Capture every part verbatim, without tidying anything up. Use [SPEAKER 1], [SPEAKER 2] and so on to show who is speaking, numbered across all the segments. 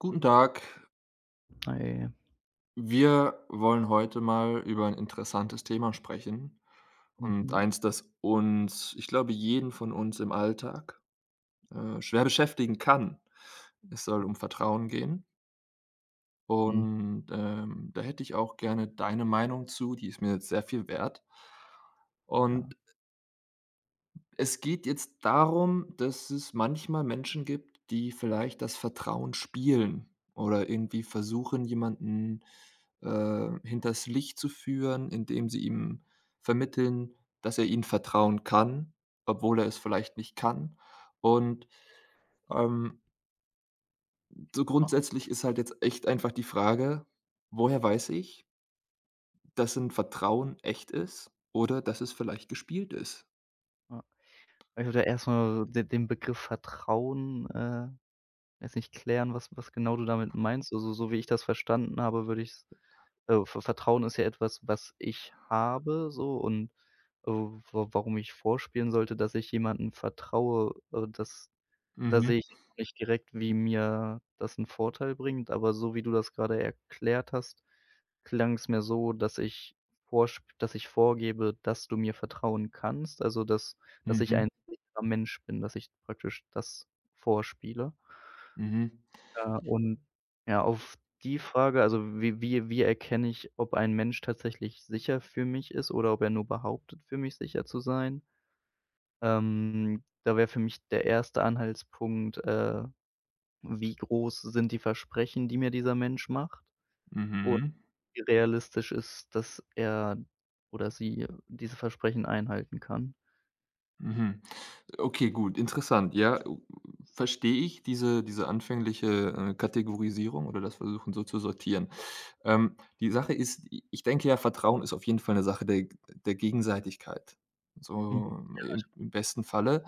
[SPEAKER 1] Guten Tag.
[SPEAKER 2] Ah, ja, ja.
[SPEAKER 1] Wir wollen heute mal über ein interessantes Thema sprechen und
[SPEAKER 2] Mhm.
[SPEAKER 1] eins, das uns, ich glaube, jeden von uns im Alltag, äh, schwer beschäftigen kann. Es soll um Vertrauen gehen
[SPEAKER 2] Mhm.
[SPEAKER 1] und, ähm, da hätte ich auch gerne deine Meinung zu, die ist mir jetzt sehr viel wert.
[SPEAKER 2] Ja,
[SPEAKER 1] Und es geht jetzt darum, dass es manchmal Menschen gibt, die vielleicht das Vertrauen spielen oder irgendwie versuchen, jemanden, äh, hinters Licht zu führen, indem sie ihm vermitteln, dass er ihnen vertrauen kann, obwohl er es vielleicht nicht kann. Und, ähm, so grundsätzlich ist halt jetzt echt einfach die Frage: Woher weiß ich, dass ein Vertrauen echt ist oder dass es vielleicht gespielt ist?
[SPEAKER 2] ja. Also, da erst mal den Begriff Vertrauen, äh jetzt nicht klären, was was genau du damit meinst. Also, so wie ich das verstanden habe, würde ich's äh, Ver Vertrauen ist ja etwas, was ich habe so und, äh, wa warum ich vorspielen sollte, dass ich jemandem vertraue, äh, das da
[SPEAKER 1] Mhm,
[SPEAKER 2] sehe ich jetzt noch nicht direkt, wie mir das 'n Vorteil bringt. Aber so wie du das grade erklärt hast, klang's mir so, dass ich vorsp dass ich vorgebe, dass du mir vertrauen kannst, also, dass dass ich
[SPEAKER 1] mhm,
[SPEAKER 2] ein sicherer Mensch bin, dass ich praktisch das vorspiele?
[SPEAKER 1] mhm,
[SPEAKER 2] Ja, und ja, auf die Frage, also wie wie wie erkenne ich, ob ein Mensch tatsächlich sicher für mich ist oder ob er nur behauptet, für mich sicher zu sein? Ähm, da wäre für mich der erste Anhaltspunkt, äh, wie groß sind die Versprechen, die mir dieser Mensch macht, und
[SPEAKER 1] mhm.
[SPEAKER 2] wie realistisch ist, dass er oder sie diese Versprechen einhalten kann.
[SPEAKER 1] Mhm. Okay, gut, interessant. Ja, u verstehe ich diese diese anfängliche, äh, Kategorisierung oder das Versuchen, so zu sortieren. Ähm, die Sache ist, i ich denke ja, Vertrauen ist auf jeden Fall eine Sache der der Gegenseitigkeit,
[SPEAKER 2] Mhm,
[SPEAKER 1] so im im besten Falle.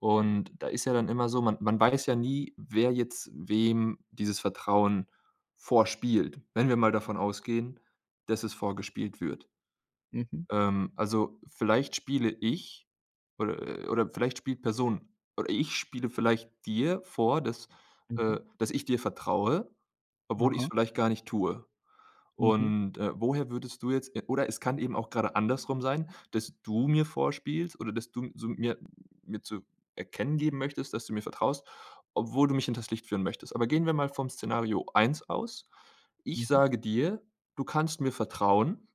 [SPEAKER 1] Und da ist ja dann immer so, man man weiß ja nie, wer jetzt wem dieses Vertrauen vorspielt, wenn wir mal davon ausgehen, dass es vorgespielt wird.
[SPEAKER 2] mhm,
[SPEAKER 1] Ähm, also, vielleicht spiele ich oder, äh oder vielleicht spielt Person oder ich spiele vielleicht dir vor, dass,
[SPEAKER 2] mhm,
[SPEAKER 1] äh dass ich dir vertraue, obwohl ich's
[SPEAKER 2] aha,
[SPEAKER 1] vielleicht gar nicht tue.
[SPEAKER 2] mhm,
[SPEAKER 1] Und, äh, woher würdest du jetzt äh, oder es kann eben auch gerade andersrum sein, dass du mir vorspielst oder dass du so mir mir zu erkennen geben möchtest, dass du mir vertraust, obwohl du mich hinters Licht führen möchtest. Aber gehen wir mal vom Szenario eins aus. Ich
[SPEAKER 2] mhm,
[SPEAKER 1] sage dir: „Du kannst mir vertrauen.“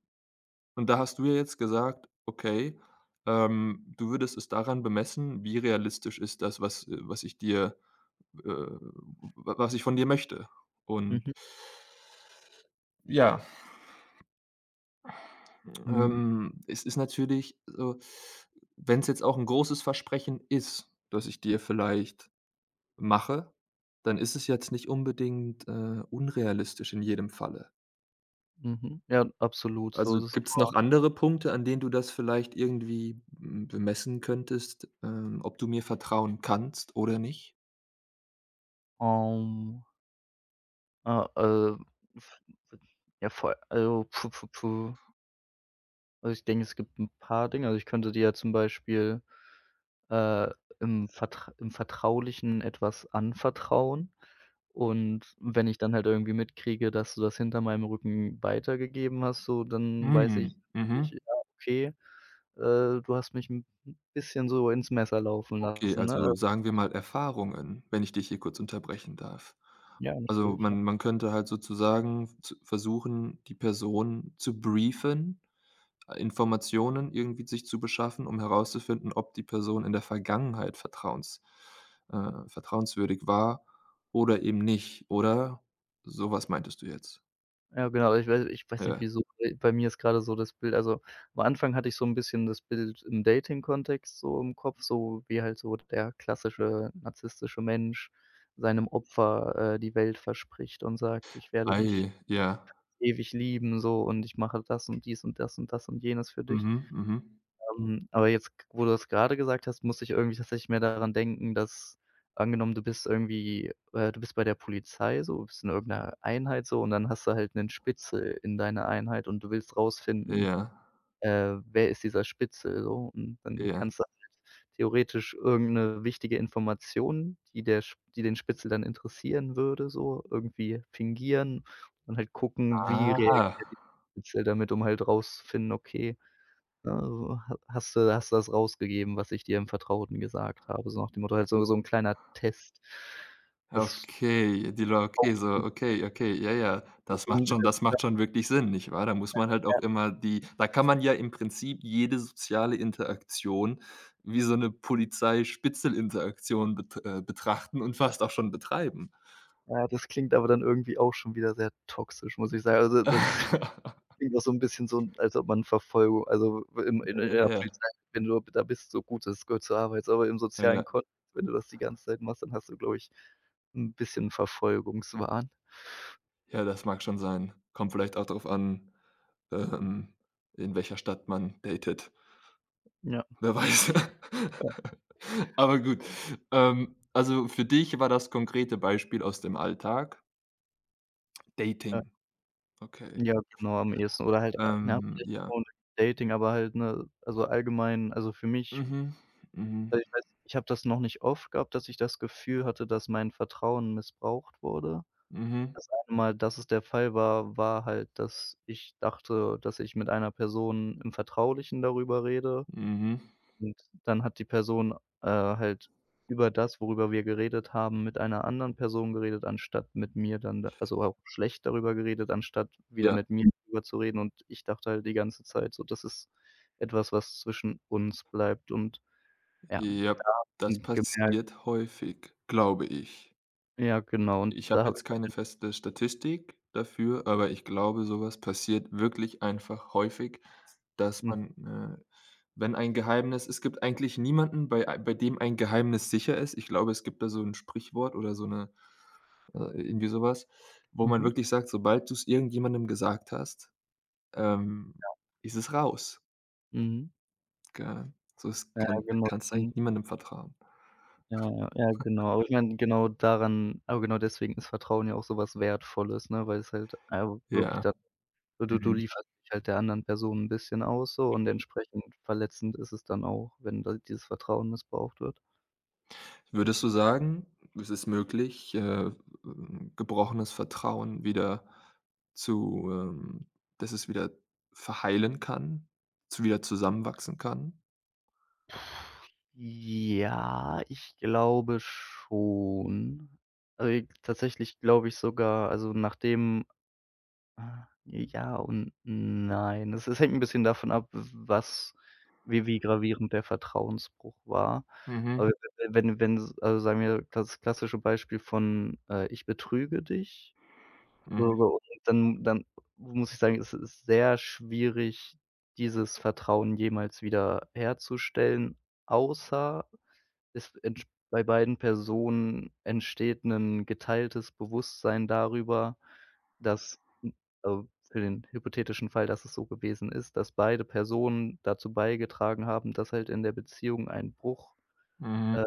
[SPEAKER 1] Und da hast du ja jetzt gesagt, okay, ähm, du würdest es daran bemessen, wie realistisch ist das, was äh, was ich dir, äh wa was ich von dir möchte. Und
[SPEAKER 2] mhm,
[SPEAKER 1] ja,
[SPEAKER 2] mhm,
[SPEAKER 1] ähm, es ist natürlich so, wenn es jetzt auch ein großes Versprechen ist, das ich dir vielleicht mache, dann ist es jetzt nicht unbedingt, äh, unrealistisch in jedem Falle.
[SPEAKER 2] mhm. Ja, absolut, so
[SPEAKER 1] Also,
[SPEAKER 2] ist es.
[SPEAKER 1] gibt's noch andere Punkte, an denen du das vielleicht irgendwie, hm, bemessen könntest, ähm, ob du mir vertrauen kannst oder nicht?
[SPEAKER 2] Ähm Ah, äh, also, f f ja, voll, also, puh, puh, puh. Also, ich denke, es gibt ein paar Dinge. Also, ich könnte dir ja zum Beispiel, äh, im Vertra im Vertraulichen etwas anvertrauen, und wenn ich dann halt irgendwie mitkriege, dass du das hinter meinem Rücken weitergegeben hast, so, dann weiß
[SPEAKER 1] Mhm,
[SPEAKER 2] ich natürlich,
[SPEAKER 1] mhm.
[SPEAKER 2] ja, okay, äh, du hast mich ein bisschen so ins Messer laufen
[SPEAKER 1] Okay,
[SPEAKER 2] lassen, ne?
[SPEAKER 1] also sagen wir mal Erfahrungen, wenn ich dich hier kurz unterbrechen darf.
[SPEAKER 2] Ja,
[SPEAKER 1] Also,
[SPEAKER 2] natürlich.
[SPEAKER 1] man man könnte halt sozusagen z versuchen, die Person zu briefen, Informationen irgendwie sich zu beschaffen, um herauszufinden, ob die Person in der Vergangenheit vertrauens äh, vertrauenswürdig war oder eben nicht, oder? Sowas meintest du jetzt?
[SPEAKER 2] Ja, genau. Ich weiß ich weiß nicht,
[SPEAKER 1] Ja.
[SPEAKER 2] wieso, bei mir ist grade so das Bild, also, am Anfang hatte ich so 'n bisschen das Bild im Dating-Kontext so im Kopf, so wie halt so der klassische narzisstische Mensch seinem Opfer, äh, die Welt verspricht und sagt: „Ich werde dich
[SPEAKER 1] Ei, ja.
[SPEAKER 2] ewig lieben so, und ich mache das und dies und das und das und jenes für dich.“
[SPEAKER 1] Mhm, mhm.
[SPEAKER 2] ähm, Aber jetzt, g wo du das gerade gesagt hast, musste ich irgendwie tatsächlich mehr daran denken, dass, angenommen, du bist irgendwie äh, du bist bei der Polizei so, bist in irgendeiner Einheit so, und dann hast du halt einen Spitzel in deiner Einheit und du willst rausfinden,
[SPEAKER 1] Ja,
[SPEAKER 2] äh, wer ist dieser Spitzel so, und dann
[SPEAKER 1] ja.
[SPEAKER 2] kannst du halt theoretisch irgendeine wichtige Information, die der Sp die den Spitzel dann interessieren würde so, irgendwie fingieren und halt gucken, wie
[SPEAKER 1] Aha.
[SPEAKER 2] reagiert der Spitzel damit, um halt rauszufinden, okay, ne, so ha hast du hast du das rausgegeben, was ich dir im Vertrauten gesagt habe, so nach dem Motto halt, so so 'n kleiner Test. Das
[SPEAKER 1] Okay, die la
[SPEAKER 2] auch
[SPEAKER 1] Okay, so,
[SPEAKER 2] so
[SPEAKER 1] okay, okay, ja, ja. Das macht schon, das macht schon wirklich Sinn, nicht wahr? Da muss man halt
[SPEAKER 2] ja,
[SPEAKER 1] auch immer die, da kann man ja im Prinzip jede soziale Interaktion wie so 'ne Polizei-Spitzel-Interaktion bet äh, betrachten und fast auch schon betreiben.
[SPEAKER 2] ja, das klingt aber dann irgendwie auch schon wieder sehr toxisch, muss ich sagen. Also, das klingt auch so 'n bisschen so, als ob man Verfolgung, also, im in in
[SPEAKER 1] Ja,
[SPEAKER 2] der
[SPEAKER 1] ja,
[SPEAKER 2] Polizei, wenn du da bist, so gut, das gehört zur Arbeit, aber im
[SPEAKER 1] ja. Ja,
[SPEAKER 2] sozialen Kontext, wenn du das die ganze Zeit machst, dann hast du, glaube ich, 'n bisschen Verfolgungswahn.
[SPEAKER 1] ja, das mag schon sein. Kommt vielleicht auch drauf an, ähm, in welcher Stadt man datet.
[SPEAKER 2] Ja,
[SPEAKER 1] Wer weiß.
[SPEAKER 2] ja,
[SPEAKER 1] Aber gut. Ähm, also für dich war das konkrete Beispiel aus dem Alltag
[SPEAKER 2] ja.
[SPEAKER 1] Dating. Okay.
[SPEAKER 2] Ja, genau, am ehesten, oder halt, äh, na,
[SPEAKER 1] Ähm,
[SPEAKER 2] vielleicht nicht mal
[SPEAKER 1] ja.
[SPEAKER 2] unbedingt Dating, aber halt, ne, also allgemein, also für mich,
[SPEAKER 1] Mhm. Mhm.
[SPEAKER 2] weil ich weiß, ich habe das noch nicht oft gehabt, dass ich das Gefühl hatte, dass mein Vertrauen missbraucht wurde.
[SPEAKER 1] Mhm.
[SPEAKER 2] Das eine Mal, dass es der Fall war, war halt, dass ich dachte, dass ich mit einer Person im Vertraulichen darüber rede,
[SPEAKER 1] Mhm.
[SPEAKER 2] und dann hat die Person, äh, halt über das, worüber wir geredet haben, mit einer anderen Person geredet, anstatt mit mir, dann da also auch schlecht darüber geredet, anstatt wieder
[SPEAKER 1] Ja.
[SPEAKER 2] mit mir darüber zu reden. Und ich dachte halt die ganze Zeit so, das ist etwas, was zwischen uns bleibt, und ja,
[SPEAKER 1] Ja. Das
[SPEAKER 2] und gemerkt,
[SPEAKER 1] passiert häufig, glaube ich.
[SPEAKER 2] ja, genau, und
[SPEAKER 1] Ich habe
[SPEAKER 2] da habe
[SPEAKER 1] jetzt
[SPEAKER 2] ich dann
[SPEAKER 1] keine feste Statistik dafür, aber ich glaube, sowas passiert wirklich einfach häufig, dass
[SPEAKER 2] mhm,
[SPEAKER 1] man, äh wenn ein Geheimnis, es gibt eigentlich niemanden, bei ei bei dem ein Geheimnis sicher ist. Ich glaube, es gibt da so 'n Sprichwort oder so 'ne äh, irgendwie sowas, wo man
[SPEAKER 2] mhm,
[SPEAKER 1] wirklich sagt, sobald du's irgendjemandem gesagt hast, ähm, ist es raus,
[SPEAKER 2] mhm.
[SPEAKER 1] gell? So, das
[SPEAKER 2] Ja,
[SPEAKER 1] kann
[SPEAKER 2] genau,
[SPEAKER 1] kannst eigentlich
[SPEAKER 2] mhm.
[SPEAKER 1] niemandem vertrauen.
[SPEAKER 2] Ja, ja, ja, genau. Aber ich meine, genau daran aber genau deswegen ist Vertrauen ja auch so was Wertvolles, ne, weil es halt, äh, wirklich
[SPEAKER 1] Ja,
[SPEAKER 2] da, so, du du
[SPEAKER 1] mhm.
[SPEAKER 2] lieferst dich halt der anderen Person 'n bisschen aus so, und entsprechend verletzend ist es dann auch, wenn da dieses Vertrauen missbraucht wird.
[SPEAKER 1] Würdest du sagen, es ist möglich, äh, ähm, gebrochenes Vertrauen wieder zu ähm, dass es wieder verheilen kann, zu wieder zusammenwachsen kann?
[SPEAKER 2] Ja, ich glaube schon. Also, tatsächlich glaube ich sogar, also, nachdem ah, ja und nein. Es es hängt 'n bisschen davon ab, w was wie wie gravierend der Vertrauensbruch war.
[SPEAKER 1] Mhm,
[SPEAKER 2] Aber wenn wenn wenn s also, sagen wir das klassische Beispiel von, äh: „Ich betrüge dich.“
[SPEAKER 1] mhm,
[SPEAKER 2] So so, und dann dann muss ich sagen, es ist sehr schwierig, dieses Vertrauen jemals wieder herzustellen, außer, es entsch bei beiden Personen entsteht 'nen geteiltes Bewusstsein darüber, dass n also, für den hypothetischen Fall, dass es so gewesen ist, dass beide Personen dazu beigetragen haben, dass halt in der Beziehung ein Bruch,
[SPEAKER 1] mhm,
[SPEAKER 2] äh,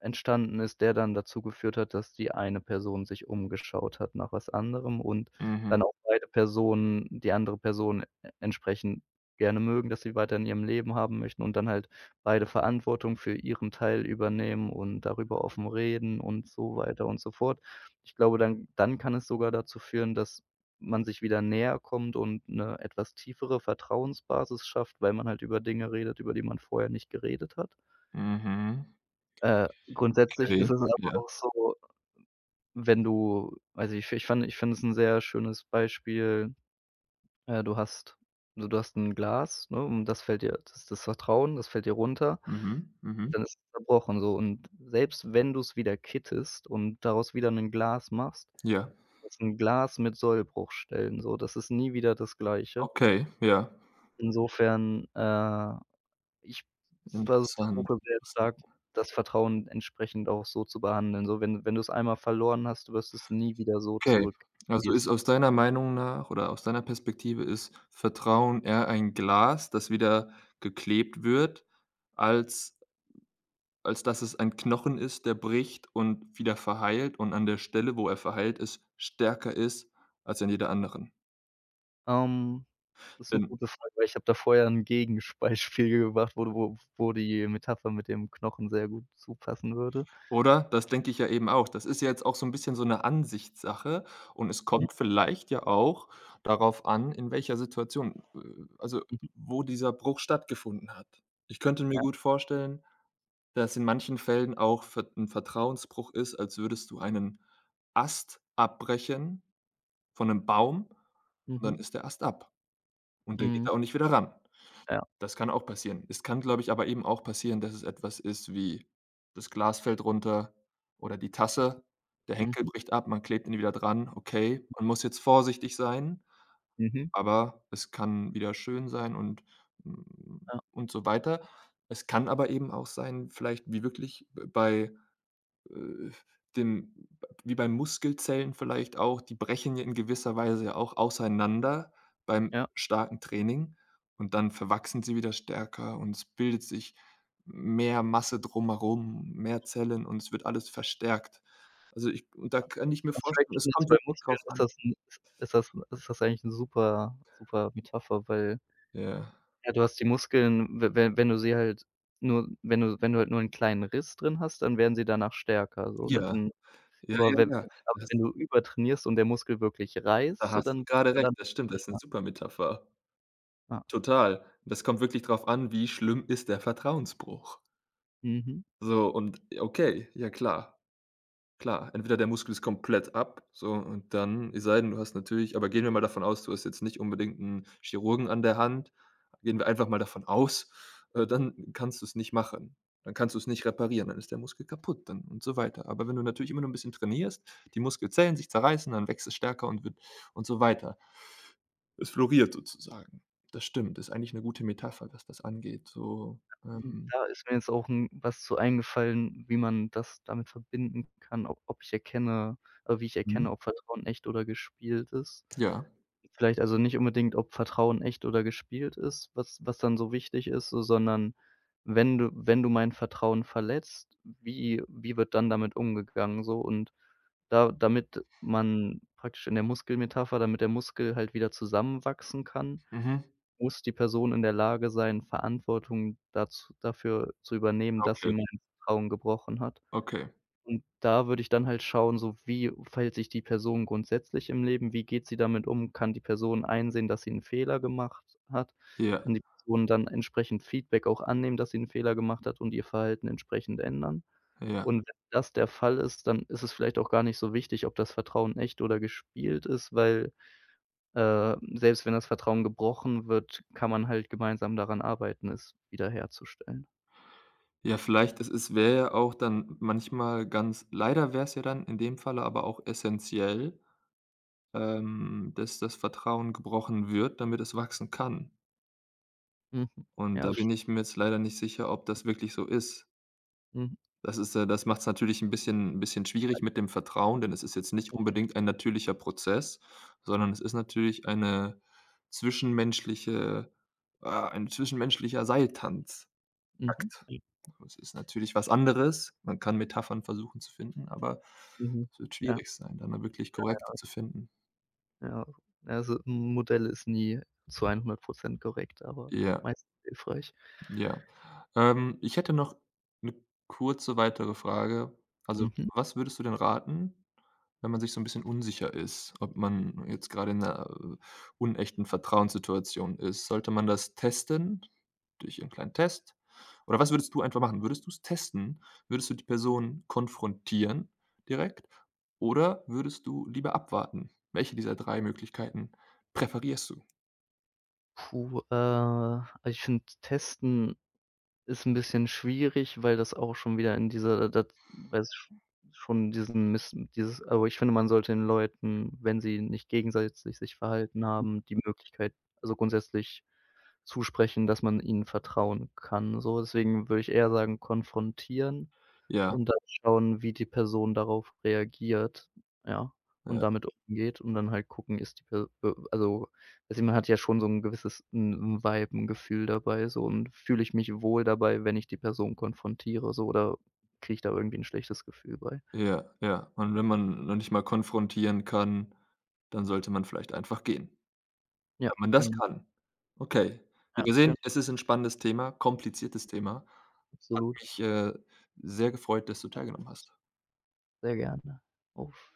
[SPEAKER 2] entstanden ist, der dann dazu geführt hat, dass die eine Person sich umgeschaut hat nach was anderem, und
[SPEAKER 1] mhm,
[SPEAKER 2] dann auch beide Personen die andere Person e entsprechend gerne mögen, dass sie weiter in ihrem Leben haben möchten, und dann halt beide Verantwortung für ihren Teil übernehmen und darüber offen reden und so weiter und so fort. Ich glaube, dann dann kann es sogar dazu führen, dass man sich wieder näher kommt und 'ne etwas tiefere Vertrauensbasis schafft, weil man halt über Dinge redet, über die man vorher nicht geredet hat.
[SPEAKER 1] mhm.
[SPEAKER 2] Äh, grundsätzlich
[SPEAKER 1] Okay,
[SPEAKER 2] ist es aber
[SPEAKER 1] ja.
[SPEAKER 2] auch so, wenn du also, ich fi ich fand ich finde es 'n sehr schönes Beispiel. Äh, du hast Also, du hast 'n Glas, ne, und das fällt dir das das Vertrauen, das fällt dir runter,
[SPEAKER 1] Mhm, mhm.
[SPEAKER 2] dann ist es zerbrochen so. Und selbst wenn du's wieder kittest und daraus wieder 'nen Glas machst,
[SPEAKER 1] Ja,
[SPEAKER 2] ist 'n Glas mit Sollbruchstellen so. Das ist nie wieder das Gleiche.
[SPEAKER 1] okay, ja,
[SPEAKER 2] Insofern, äh Ich vers
[SPEAKER 1] interessant.
[SPEAKER 2] versuche sehr stark, das Vertrauen entsprechend auch so zu behandeln. So, wenn wenn du's einmal verloren hast, du wirst es nie wieder so
[SPEAKER 1] Okay,
[SPEAKER 2] zurück, wie
[SPEAKER 1] also
[SPEAKER 2] es
[SPEAKER 1] ist
[SPEAKER 2] war.
[SPEAKER 1] aus deiner Meinung nach oder aus deiner Perspektive ist Vertrauen eher ein Glas, das wieder geklebt wird, als als dass es ein Knochen ist, der bricht und wieder verheilt und an der Stelle, wo er verheilt ist, stärker ist als an jeder anderen.
[SPEAKER 2] Ähm, Ist 'ne
[SPEAKER 1] Denn
[SPEAKER 2] gute Frage, weil ich habe da vorher 'n Gegenbeispiel gebracht, wo du wo wo die Metapher mit dem Knochen sehr gut zupassen würde.
[SPEAKER 1] oder? Das denke ich ja eben auch. Das ist ja jetzt auch so 'n bisschen so 'ne Ansichtssache und es
[SPEAKER 2] Mhm,
[SPEAKER 1] kommt vielleicht ja auch darauf an, in welcher Situation äh, also,
[SPEAKER 2] mhm,
[SPEAKER 1] wo dieser Bruch stattgefunden hat. Ich könnte mir
[SPEAKER 2] ja,
[SPEAKER 1] gut vorstellen, dass in manchen Fällen auch Ver 'n Vertrauensbruch ist, als würdest du einen Ast abbrechen von 'nem Baum und
[SPEAKER 2] mhm,
[SPEAKER 1] dann ist der Ast ab. Und der geht
[SPEAKER 2] mhm,
[SPEAKER 1] da auch nicht wieder ran.
[SPEAKER 2] ja,
[SPEAKER 1] Das kann auch passieren. Es kann, glaube ich, aber eben auch passieren, dass es etwas ist wie das Glas fällt runter oder die Tasse, der Henkel
[SPEAKER 2] mhm,
[SPEAKER 1] bricht ab, man klebt ihn wieder dran. Okay, man muss jetzt vorsichtig sein,
[SPEAKER 2] mhm,
[SPEAKER 1] aber es kann wieder schön sein und hm,
[SPEAKER 2] ja,
[SPEAKER 1] und so weiter. Es kann aber eben auch sein, vielleicht wie wirklich b bei äh, dem wie bei Muskelzellen vielleicht auch, die brechen ja in gewisser Weise ja auch auseinander beim
[SPEAKER 2] ja.
[SPEAKER 1] starken Training und dann verwachsen sie wieder stärker und es bildet sich mehr Masse drumherum, mehr Zellen und es wird alles verstärkt. Also, ich Und da kann ich mir
[SPEAKER 2] Und
[SPEAKER 1] vorstellen, es kommt
[SPEAKER 2] bei
[SPEAKER 1] wirklich
[SPEAKER 2] Muskeln
[SPEAKER 1] drauf
[SPEAKER 2] ist
[SPEAKER 1] an.
[SPEAKER 2] das 'n ist ist das ist das eigentlich 'ne super super Metapher, weil,
[SPEAKER 1] Ja.
[SPEAKER 2] ja, du hast die Muskeln, we we wenn du sie halt nur wenn du wenn du halt nur 'n kleinen Riss drin hast, dann werden sie danach stärker so, ne?
[SPEAKER 1] Ja,
[SPEAKER 2] Dann
[SPEAKER 1] ja,
[SPEAKER 2] aber
[SPEAKER 1] ja,
[SPEAKER 2] wenn
[SPEAKER 1] ja.
[SPEAKER 2] aber wenn
[SPEAKER 1] Das
[SPEAKER 2] du übertrainierst und der Muskel wirklich reißt,
[SPEAKER 1] Da
[SPEAKER 2] so,
[SPEAKER 1] hast
[SPEAKER 2] dann
[SPEAKER 1] du
[SPEAKER 2] wird
[SPEAKER 1] gerade
[SPEAKER 2] er
[SPEAKER 1] recht.
[SPEAKER 2] dann
[SPEAKER 1] Das stimmt, das ist 'ne
[SPEAKER 2] schwächer.
[SPEAKER 1] super Metapher.
[SPEAKER 2] Ja.
[SPEAKER 1] Total. Das kommt wirklich drauf an, wie schlimm ist der Vertrauensbruch.
[SPEAKER 2] Mhm.
[SPEAKER 1] So und ja, okay, ja klar, klar. Entweder der Muskel ist komplett ab, so und dann, es sei denn, du hast natürlich, aber gehen wir mal davon aus, du hast jetzt nicht unbedingt einen Chirurgen an der Hand. Gehen wir einfach mal davon aus, äh, dann kannst du es nicht machen. Dann kannst du es nicht reparieren, dann ist der Muskel kaputt dann und so weiter. Aber wenn du natürlich immer nur ein bisschen trainierst, die Muskelzellen sich zerreißen, dann wächst es stärker und wird und so weiter. Es floriert sozusagen. Das stimmt, ist eigentlich eine gute Metapher, was das angeht, so,
[SPEAKER 2] Und
[SPEAKER 1] ähm,
[SPEAKER 2] da ist mir jetzt auch 'n was zu eingefallen, wie man das damit verbinden kann, ob ob ich erkenne äh, wie ich
[SPEAKER 1] mhm,
[SPEAKER 2] erkenne, ob Vertrauen echt oder gespielt ist.
[SPEAKER 1] ja.
[SPEAKER 2] Vielleicht also nicht unbedingt, ob Vertrauen echt oder gespielt ist, was was dann so wichtig ist, so, sondern wenn du wenn du mein Vertrauen verletzt, wie wie wird dann damit umgegangen so? Und da damit man praktisch in der Muskelmetapher, damit der Muskel halt wieder zusammenwachsen kann,
[SPEAKER 1] Mhm,
[SPEAKER 2] muss die Person in der Lage sein, Verantwortung dazu dafür zu übernehmen, dass sie
[SPEAKER 1] okay,
[SPEAKER 2] mein Vertrauen gebrochen hat.
[SPEAKER 1] okay.
[SPEAKER 2] Und da würde ich dann halt schauen, so, wie verhält sich die Person grundsätzlich im Leben? Wie geht sie damit um? Kann die Person einsehen, dass sie 'n Fehler gemacht hat?
[SPEAKER 1] Ja,
[SPEAKER 2] Kann die Person dann entsprechend Feedback auch annehmen, dass sie 'n Fehler gemacht hat und ihr Verhalten entsprechend ändern?
[SPEAKER 1] ja.
[SPEAKER 2] Und wenn das der Fall ist, dann ist es vielleicht auch gar nicht so wichtig, ob das Vertrauen echt oder gespielt ist, weil, äh, selbst wenn das Vertrauen gebrochen wird, kann man halt gemeinsam daran arbeiten, es wiederherzustellen.
[SPEAKER 1] Ja, vielleicht, es es wäre ja auch dann manchmal ganz, leider wäre es ja dann in dem Falle aber auch essentiell, ähm, dass das Vertrauen gebrochen wird, damit es wachsen kann.
[SPEAKER 2] Mhm.
[SPEAKER 1] Und
[SPEAKER 2] Ja,
[SPEAKER 1] da
[SPEAKER 2] st
[SPEAKER 1] bin ich mir jetzt leider nicht sicher, ob das wirklich so ist.
[SPEAKER 2] mhm.
[SPEAKER 1] Das ist ja, das macht es natürlich ein bisschen, ein bisschen schwierig mit dem Vertrauen, denn es ist jetzt nicht unbedingt ein natürlicher Prozess, sondern es ist natürlich eine zwischenmenschliche ah, ein zwischenmenschlicher Seiltanz.
[SPEAKER 2] Mhm.
[SPEAKER 1] Akt.
[SPEAKER 2] Mhm.
[SPEAKER 1] Es ist natürlich was anderes. Man kann Metaphern versuchen zu finden, aber
[SPEAKER 2] Mhm.
[SPEAKER 1] es wird
[SPEAKER 2] Ja.
[SPEAKER 1] schwierig sein, da 'ne wirklich korrekte zu finden.
[SPEAKER 2] Ja, also 'n Modell ist nie zu hundert korrekt, aber
[SPEAKER 1] Ja.
[SPEAKER 2] meistens hilfreich.
[SPEAKER 1] Ja. Ähm, ich hätte noch 'ne kurze weitere Frage. Also,
[SPEAKER 2] Mhm.
[SPEAKER 1] was würdest du denn raten, wenn man sich so 'n bisschen unsicher ist, ob man jetzt grade in 'ner, äh, unechten Vertrauenssituation ist? Sollte man das testen durch irgendeinen kleinen Test? Oder was würdest du einfach machen? Würdest du's testen? Würdest du die Person konfrontieren direkt oder würdest du lieber abwarten? Welche dieser drei Möglichkeiten präferierst du?
[SPEAKER 2] Puh, äh, also, ich finde, testen ist ein bisschen schwierig, weil das auch schon wieder in dieser dat weil es sch schon diesen Miss dieses aber ich finde, man sollte den Leuten, wenn sie nicht gegenseitig sich verhalten haben, die Möglichkeit, also, grundsätzlich zusprechen, dass man ihnen vertrauen kann. So, deswegen würde ich eher sagen, konfrontieren.
[SPEAKER 1] Ja,
[SPEAKER 2] Und dann schauen, wie die Person darauf reagiert, ja, und
[SPEAKER 1] ja.
[SPEAKER 2] damit umgeht, und dann halt gucken, ist die Per äh, also, also, man hat ja schon so 'n gewisses 'n 'n Vibe, 'n Gefühl dabei so, und fühle ich mich wohl dabei, wenn ich die Person konfrontiere so, oder kriege ich da irgendwie 'n schlechtes Gefühl bei?
[SPEAKER 1] Ja, ja. Und wenn man noch nicht mal konfrontieren kann, dann sollte man vielleicht einfach gehen,
[SPEAKER 2] Ja,
[SPEAKER 1] wenn man das
[SPEAKER 2] genau,
[SPEAKER 1] kann. Okay. Wie
[SPEAKER 2] ja,
[SPEAKER 1] wir sehen,
[SPEAKER 2] genau,
[SPEAKER 1] es ist 'n spannendes Thema, kompliziertes Thema.
[SPEAKER 2] absolut,
[SPEAKER 1] Mich, äh, sehr gefreut, dass du teilgenommen hast.
[SPEAKER 2] sehr gerne. Auf